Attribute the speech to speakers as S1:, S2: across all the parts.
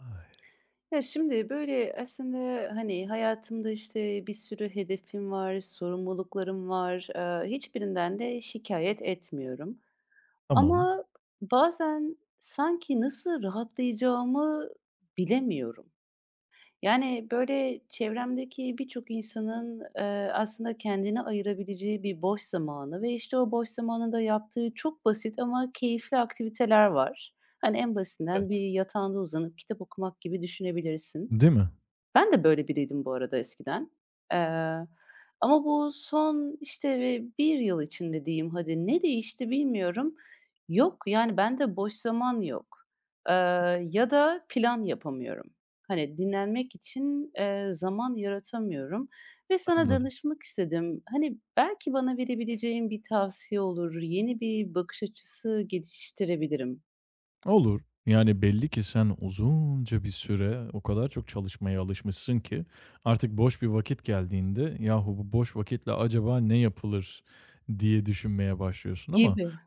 S1: Ay.
S2: Ya, şimdi, böyle, aslında, hani, hayatımda, işte, bir sürü hedefim var, sorumluluklarım var. Hiçbirinden de şikayet etmiyorum
S1: Tamam.
S2: ama bazen sanki nasıl rahatlayacağımı bilemiyorum. Yani, böyle, çevremdeki birçok insanın, aslında kendine ayırabileceği bir boş zamanı ve, işte, o boş zamanında yaptığı çok basit ama keyifli aktiviteler var. Hani, en basitinden bir
S1: Evet.
S2: yatağında uzanıp kitap okumak gibi düşünebilirsin.
S1: Değil mi?
S2: Ben de böyle biriydim bu arada eskiden. Eee, ama bu son, işte, bir 1 yıl içinde diyeyim hadi, ne değişti bilmiyorum. Yok, yani, bende boş zaman yok, eee, ya da plan yapamıyorum. Hani, dinlenmek için, zaman yaratamıyorum ve sana
S1: Anladım.
S2: danışmak istedim. Hani, belki bana verebileceğin bir tavsiye olur, yeni bir bakış açısı geliştirebilirim
S1: Olur. Yani belli ki sen uzunca bir süre o kadar çok çalışmaya alışmışsın ki artık boş bir vakit geldiğinde yahu bu boş vakitle acaba ne yapılır diye düşünmeye başlıyorsun ama.
S2: gibi.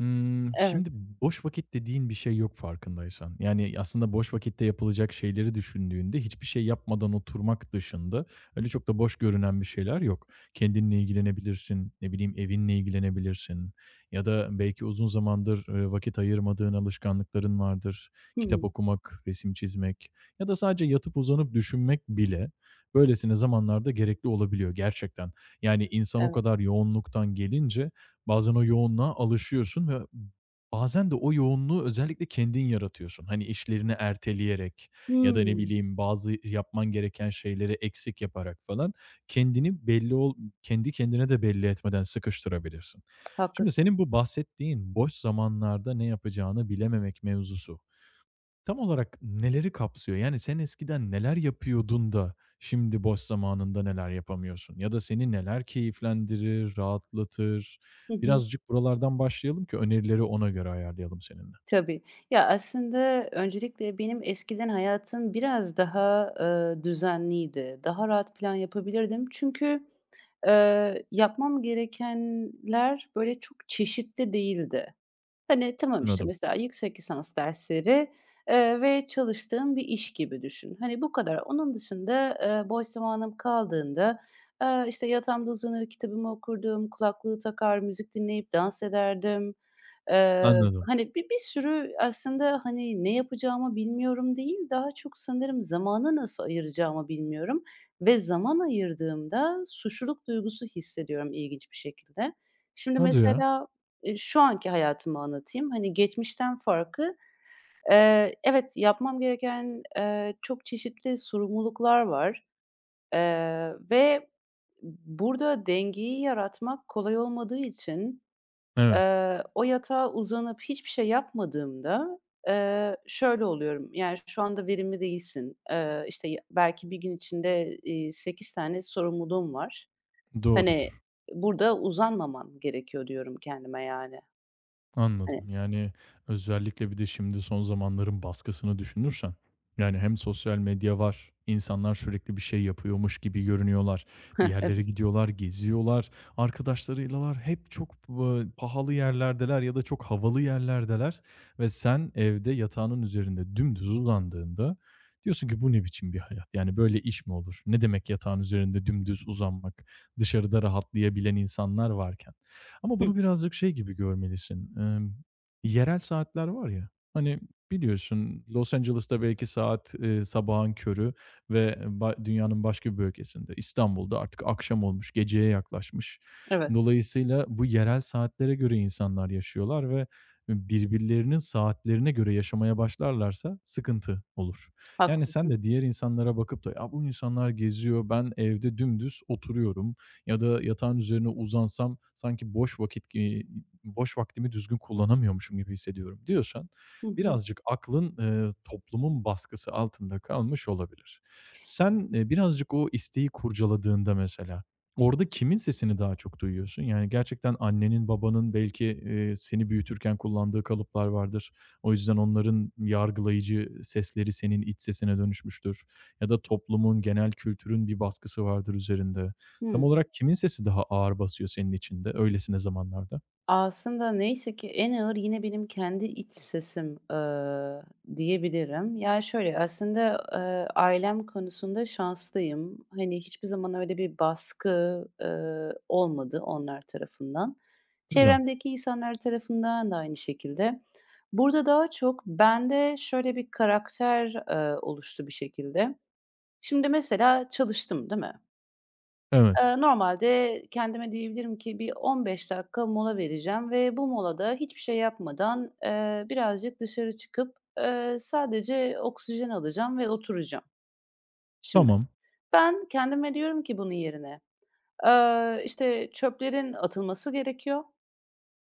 S2: Evet.
S1: Şimdi boş vakit dediğin bir şey yok farkındaysan. Yani, aslında boş vakitte yapılacak şeyleri düşündüğünde hiçbir şey yapmadan oturmak dışında öyle çok da boş görünen bir şeyler yok. Kendinle ilgilenebilirsin, ne bileyim, evinle ilgilenebilirsin ya da belki uzun zamandır, vakit ayırmadığın alışkanlıkların vardır. Kitap
S2: Hı.
S1: okumak, resim çizmek ya da sadece yatıp uzanıp düşünmek bile böylesine zamanlarda gerekli olabiliyor gerçekten. Yani, insan o
S2: Evet.
S1: kadar yoğunluktan gelince bazen o yoğunluğa alışıyorsun ve bazen de o yoğunluğu özellikle kendin yaratıyorsun. Hani, işlerini erteleyerek ya da ne
S2: Hımm.
S1: bileyim bazı yapman gereken şeyleri eksik yaparak falan kendini belli ol kendi kendine de belli etmeden sıkıştırabilirsin. Şimdi
S2: Haklısın.
S1: senin bu bahsettiğin boş zamanlarda ne yapacağını bilememek mevzusu tam olarak neleri kapsıyor? Yani sen eskiden neler yapıyordun da şimdi boş zamanında neler yapamıyorsun? Ya da seni neler keyiflendirir, rahatlatır?
S2: Hı hı.
S1: Birazcık buralardan başlayalım ki önerileri ona göre ayarlayalım seninle.
S2: Tabii. Ya, aslında öncelikle benim eskiden hayatım biraz daha, düzenliydi. Daha rahat plan yapabilirdim. Çünkü, yapmam gerekenler, böyle, çok çeşitli değildi. Hani, tamam, işte,
S1: Anladım,
S2: mesela yüksek lisans dersleri, ve çalıştığım bir iş gibi düşün. Hani, bu kadar. Onun dışında, boş zamanım kaldığında, işte, yatağımda uzanır kitabımı okurdum, kulaklığı takar, müzik dinleyip dans ederdim.
S1: anladım.
S2: Hani, bir sürü aslında, hani, ne yapacağımı bilmiyorum değil, daha çok sanırım zamanı nasıl ayıracağımı bilmiyorum ve zaman ayırdığımda suçluluk duygusu hissediyorum ilginç bir şekilde. Şimdi
S1: Hadi ya.
S2: mesela, şu anki hayatımı anlatayım. Hani, geçmişten farkı, evet, yapmam gereken, çok çeşitli sorumluluklar var, ve burada dengeyi yaratmak kolay olmadığı için,
S1: Evet,
S2: O yatağa uzanıp hiçbir şey yapmadığımda, şöyle oluyorum, yani, şu anda verimli değilsin. İşte, ya belki bir gün içinde, 8 tane sorumluluğun var. Hani,
S1: doğrudur.
S2: burada uzanmaman gerekiyor diyorum kendime, yani. Hani,
S1: Anladım. Yani, özellikle bir de şimdi son zamanların baskısını düşünürsen, yani, hem sosyal medya var, insanlar sürekli bir şey yapıyormuş gibi görünüyorlar, bir
S2: heh,
S1: yerlere
S2: evet.
S1: gidiyorlar, geziyorlar, arkadaşlarıyla var, hep çok pahalı yerlerdeler ya da çok havalı yerlerdeler ve sen evde yatağının üzerinde dümdüz uzandığında diyorsun ki, "Bu ne biçim bir hayat? Yani, böyle iş mi olur? Ne demek yatağın üzerinde dümdüz uzanmak?" Dışarıda rahatlayabilen insanlar varken. Ama
S2: Hı,
S1: bunu birazcık şey gibi görmelisin, yerel saatler var ya, hani, biliyorsun Los Angeles'ta belki saat, sabahın körü ve dünyanın başka bir bölgesinde, İstanbul'da artık akşam olmuş, geceye yaklaşmış.
S2: evet.
S1: Dolayısıyla bu yerel saatlere göre insanlar yaşıyorlar ve birbirlerinin saatlerine göre yaşamaya başlarlarsa sıkıntı olur. Yani sen
S2: Haklısın.
S1: de diğer insanlara bakıp da, "Ya, bu insanlar geziyor, ben evde dümdüz oturuyorum, ya da yatağın üzerine uzansam sanki boş vakit gi boş vaktimi düzgün kullanamıyormuşum gibi hissediyorum diyorsan
S2: Hı hı.
S1: birazcık aklın, toplumun baskısı altında kalmış olabilir. Sen, birazcık o isteği kurcaladığında mesela orada kimin sesini daha çok duyuyorsun? Yani gerçekten annenin, babanın belki, seni büyütürken kullandığı kalıplar vardır. O yüzden onların yargılayıcı sesleri senin iç sesine dönüşmüştür ya da toplumun, genel kültürün bir baskısı vardır üzerinde. Tam
S2: Hıı.
S1: olarak kimin sesi daha ağır basıyor senin içinde öylesine zamanlarda?
S2: Aslında neyse ki en ağır yine benim kendi iç sesim, diyebilirim. Yani şöyle aslında, ailem konusunda şanslıyım. Hani, hiçbir zaman öyle bir baskı, olmadı onlar tarafından.
S1: Güzel.
S2: Çevremdeki insanlar tarafından da aynı şekilde. Burada daha çok bende şöyle bir karakter, oluştu bir şekilde. Şimdi mesela çalıştım, değil mi?
S1: Evet.
S2: Normalde kendime diyebilirim ki bir 15 dakika mola vereceğim ve bu molada hiçbir şey yapmadan, birazcık dışarı çıkıp, sadece oksijen alacağım ve oturacağım şimdi.
S1: Tamam.
S2: Ben kendime diyorum ki bunun yerine, işte, çöplerin atılması gerekiyor.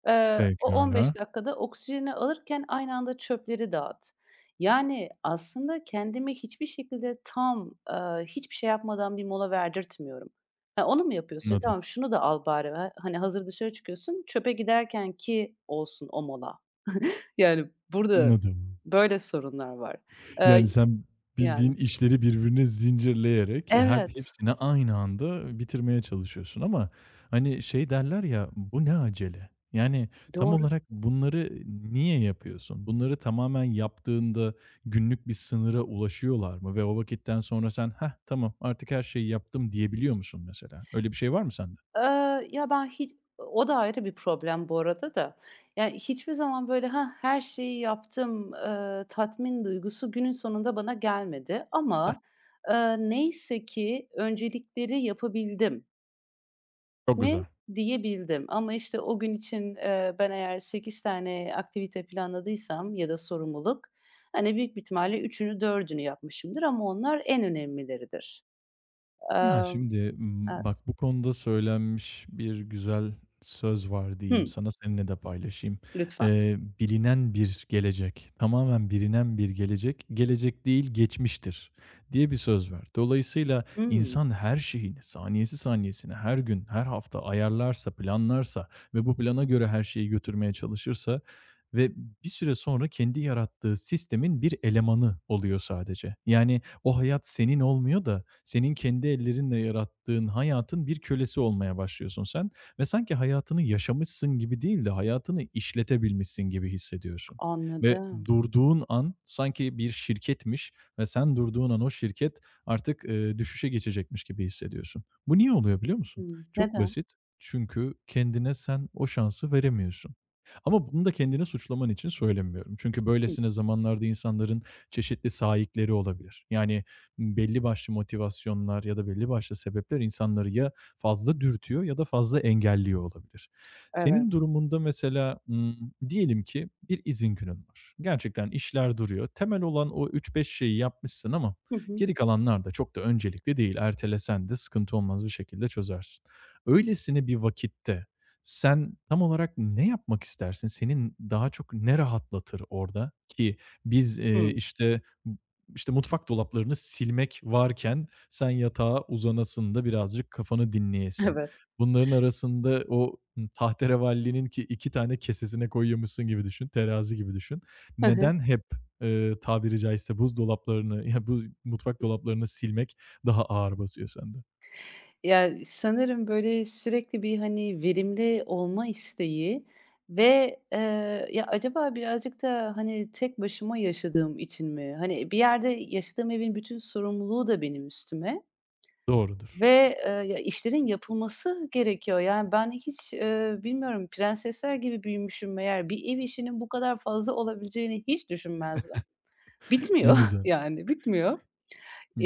S2: O
S1: Pekâlâ.
S2: 15 dakikada oksijeni alırken aynı anda çöpleri dağıt. Yani, aslında kendimi hiçbir şekilde tam, hiçbir şey yapmadan bir mola verdirtmiyorum. Ha, onu mu yapıyorsun? Ya,
S1: Anladım,
S2: tamam şunu da al bari, ha hani, hazır dışarı çıkıyorsun, çöpe giderken ki olsun o mola. Yani, burada
S1: anladım.
S2: böyle sorunlar var.
S1: Yani,
S2: Eee,
S1: sen bildiğin
S2: yani
S1: işleri birbirine zincirleyerek hem
S2: Evet,
S1: hepsini aynı anda bitirmeye çalışıyorsun ama, hani, şey derler ya, "Bu ne acele?" Yani, tam
S2: doğru.
S1: olarak bunları niye yapıyorsun? Bunları tamamen yaptığında günlük bir sınıra ulaşıyorlar mı ve o vakitten sonra sen, "Heh, tamam artık her şeyi yaptım." diyebiliyor musun mesela? Öyle bir şey var mı sende?
S2: Ya, ben hiç o da ayrı bir problem bu arada da. Yani, hiçbir zaman böyle, ha her şeyi yaptım." Tatmin duygusu günün sonunda bana gelmedi ama, neyse ki öncelikleri yapabildim
S1: Çok
S2: mi
S1: güzel.
S2: diyebildim ama, işte, o gün için, ben eğer 8 tane aktivite planladıysam ya da sorumluluk, hani, büyük bir ihtimalle üçünü dördünü yapmışımdır ama onlar en önemlileridir.
S1: Ya,
S2: Emm,
S1: şimdi,
S2: evet.
S1: bak bu konuda söylenmiş bir güzel söz var diyeyim
S2: Hımm,
S1: sana, seninle de paylaşayım.
S2: lütfen.
S1: Bilinen bir gelecek, tamamen bilinen bir gelecek, gelecek değil geçmiştir diye bir söz var. Dolayısıyla
S2: Hımm,
S1: insan her şeyini, saniyesi saniyesine, her gün, her hafta ayarlarsa, planlarsa ve bu plana göre her şeyi götürmeye çalışırsa ve bir süre sonra kendi yarattığı sistemin bir elemanı oluyor sadece. Yani o hayat senin olmuyor da senin kendi ellerinle yarattığın hayatın bir kölesi olmaya başlıyorsun sen ve sanki hayatını yaşamışsın gibi değil de hayatını işletebilmişsin gibi hissediyorsun ve
S2: anladım.
S1: durduğun an sanki bir şirketmiş ve sen durduğun an o şirket artık, düşüşe geçecekmiş gibi hissediyorsun. Bu niye oluyor biliyor musun?
S2: Hımm.
S1: Çok
S2: Neden?
S1: basit. Çünkü kendine sen o şansı veremiyorsun. Ama bunu da kendini suçlaman için söylemiyorum. Çünkü
S2: Hımm.
S1: böylesine zamanlarda insanların çeşitli sahipleri olabilir. Yani belli başlı motivasyonlar ya da belli başlı sebepler insanları ya fazla dürtüyor ya da fazla engelliyor olabilir.
S2: Evet.
S1: Senin durumunda mesela diyelim ki bir izin günün var. Gerçekten işler duruyor. Temel olan o üç beş şeyi yapmışsın ama
S2: Hı hı.
S1: geri kalanlar da çok da öncelikli değil. Ertelesen de sıkıntı olmaz bir şekilde çözersin. Öylesine bir vakitte sen tam olarak ne yapmak istersin? Senin daha çok ne rahatlatır orada ki biz,
S2: Hımm.
S1: işte, mutfak dolaplarını silmek varken sen yatağa uzanasın da birazcık kafanı dinleyesin.
S2: Evet.
S1: Bunların arasında o, tahterevallinin ki 2 tane kesesine koyuyormuşsun gibi düşün, terazi gibi düşün.
S2: Hı hı.
S1: Neden hep, tabiri caizse buzdolaplarını, ya, bu mutfak dolaplarını silmek daha ağır basıyor sende?
S2: Ya, sanırım, böyle, sürekli bir, hani, verimli olma isteği ve, ya, acaba birazcık da, hani, tek başıma yaşadığım için mi? Hani, bir yerde yaşadığım evin bütün sorumluluğu da benim üstüme
S1: Doğrudur.
S2: ve, ya, işlerin yapılması gerekiyor. Yani, ben hiç, bilmiyorum, prensesler gibi büyümüşüm meğer. Bir ev işinin bu kadar fazla olabileceğini hiç düşünmezdim.
S1: Ne
S2: Bitmiyor,
S1: güzel.
S2: yani, bitmiyor.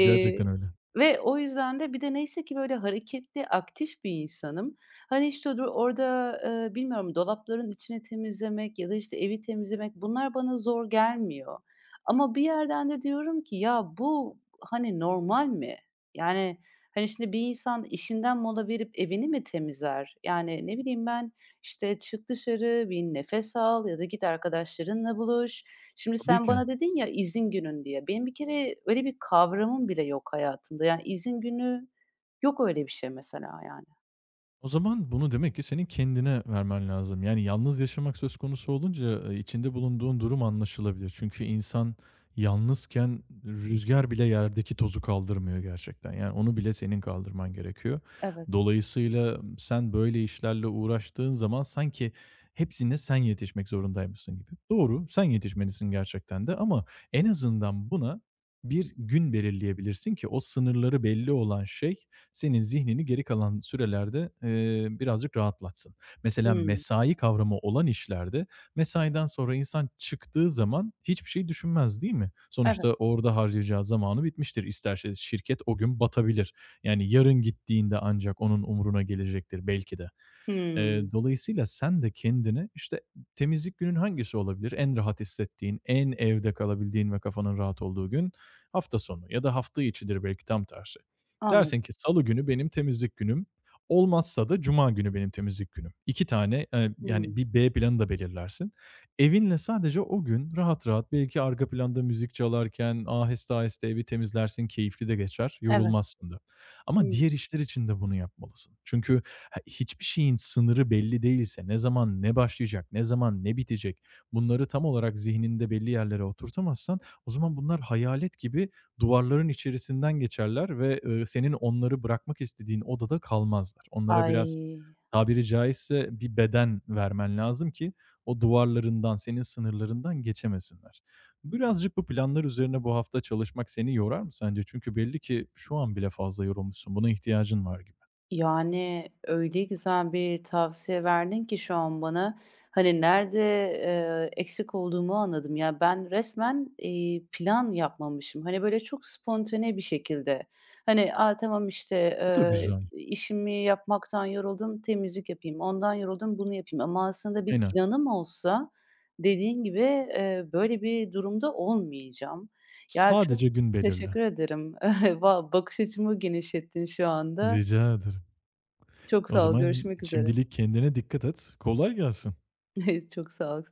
S1: Gerçekten öyle.
S2: ve o yüzden de bir de neyse ki böyle hareketli, aktif bir insanım. Hani, işte, dur orada, bilmiyorum dolapların içini temizlemek ya da, işte, evi temizlemek bunlar bana zor gelmiyor. Ama bir yerden de diyorum ki ya bu, hani, normal mi? Yani, hani, şimdi bir insan işinden mola verip evini mi temizler? Yani, ne bileyim ben, işte, çık dışarı, bir nefes al ya da git arkadaşlarınla buluş. Şimdi
S1: Tabii
S2: sen
S1: ki.
S2: bana dedin ya izin günün diye. Benim bir kere öyle bir kavramım bile yok hayatımda. Yani izin günü yok öyle bir şey mesela yani.
S1: O zaman bunu demek ki senin kendine vermen lazım. Yani yalnız yaşamak söz konusu olunca, içinde bulunduğun durum anlaşılabilir. Çünkü insan yalnızken rüzgar bile yerdeki tozu kaldırmıyor gerçekten. Yani onu bile senin kaldırman gerekiyor.
S2: Evet.
S1: Dolayısıyla sen böyle işlerle uğraştığın zaman sanki hepsine sen yetişmek zorundaymışsın gibi. Doğru, sen yetişmelisin gerçekten de ama en azından buna bir gün belirleyebilirsin ki o sınırları belli olan şey senin zihnini geri kalan sürelerde, birazcık rahatlatsın. Mesela
S2: Hımm.
S1: mesai kavramı olan işlerde mesaiden sonra insan çıktığı zaman hiçbir şey düşünmez, değil mi? Sonuçta
S2: Evet.
S1: orada harcayacağı zamanı bitmiştir. İsterse şirket o gün batabilir. Yani yarın gittiğinde ancak onun umuruna gelecektir belki de.
S2: Hımm.
S1: Dolayısıyla sen de kendini, işte, temizlik günün hangisi olabilir? En rahat hissettiğin, en evde kalabildiğin ve kafanın rahat olduğu gün hafta sonu ya da hafta içidir belki tam tersi. Dersin
S2: Anladım.
S1: ki salı günü benim temizlik günüm, olmazsa da cuma günü benim temizlik günüm. 2 tane, yani
S2: Hımm.
S1: bir B planı da belirlersin. Evinle sadece o gün rahat rahat belki arka planda müzik çalarken aheste aheste evi temizlersin, keyifli de geçer,
S2: Evet.
S1: yorulmazsın da. Ama
S2: Hımm.
S1: diğer işler için de bunu yapmalısın. Çünkü he hiçbir şeyin sınırı belli değilse, ne zaman ne başlayacak, ne zaman ne bitecek, bunları tam olarak zihninde belli yerlere oturtamazsan o zaman bunlar hayalet gibi duvarların içerisinden geçerler ve senin onları bırakmak istediğin odada kalmazlar. Onlara biraz
S2: Ay.
S1: tabiri caizse bir beden vermen lazım ki o duvarlarından, senin sınırlarından geçemesinler. Birazcık bu planlar üzerine bu hafta çalışmak seni yorar mı sence? Çünkü belli ki şu an bile fazla yorulmuşsun. Buna ihtiyacın var gibi.
S2: Yani, öyle güzel bir tavsiye verdin ki şu an bana, hani, nerede, eksik olduğumu anladım. Ya, ben resmen, plan yapmamışım. Hani, böyle, çok spontane bir şekilde, hani, "A, tamam, işte,
S1: Bu da güzel.
S2: işimi yapmaktan yoruldum, temizlik yapayım. Ondan yoruldum, bunu yapayım." Ama aslında bir
S1: Aynen.
S2: planım olsa dediğin gibi, böyle bir durumda olmayacağım. Ya, çok
S1: Sadece gün belirle.
S2: teşekkür ederim. Va bakış açımı genişlettin şu anda.
S1: Rica ederim.
S2: Çok
S1: O
S2: sağ ol,
S1: zaman
S2: görüşmek üzere.
S1: şimdilik kendine dikkat et. Kolay gelsin.
S2: Çok sağ ol.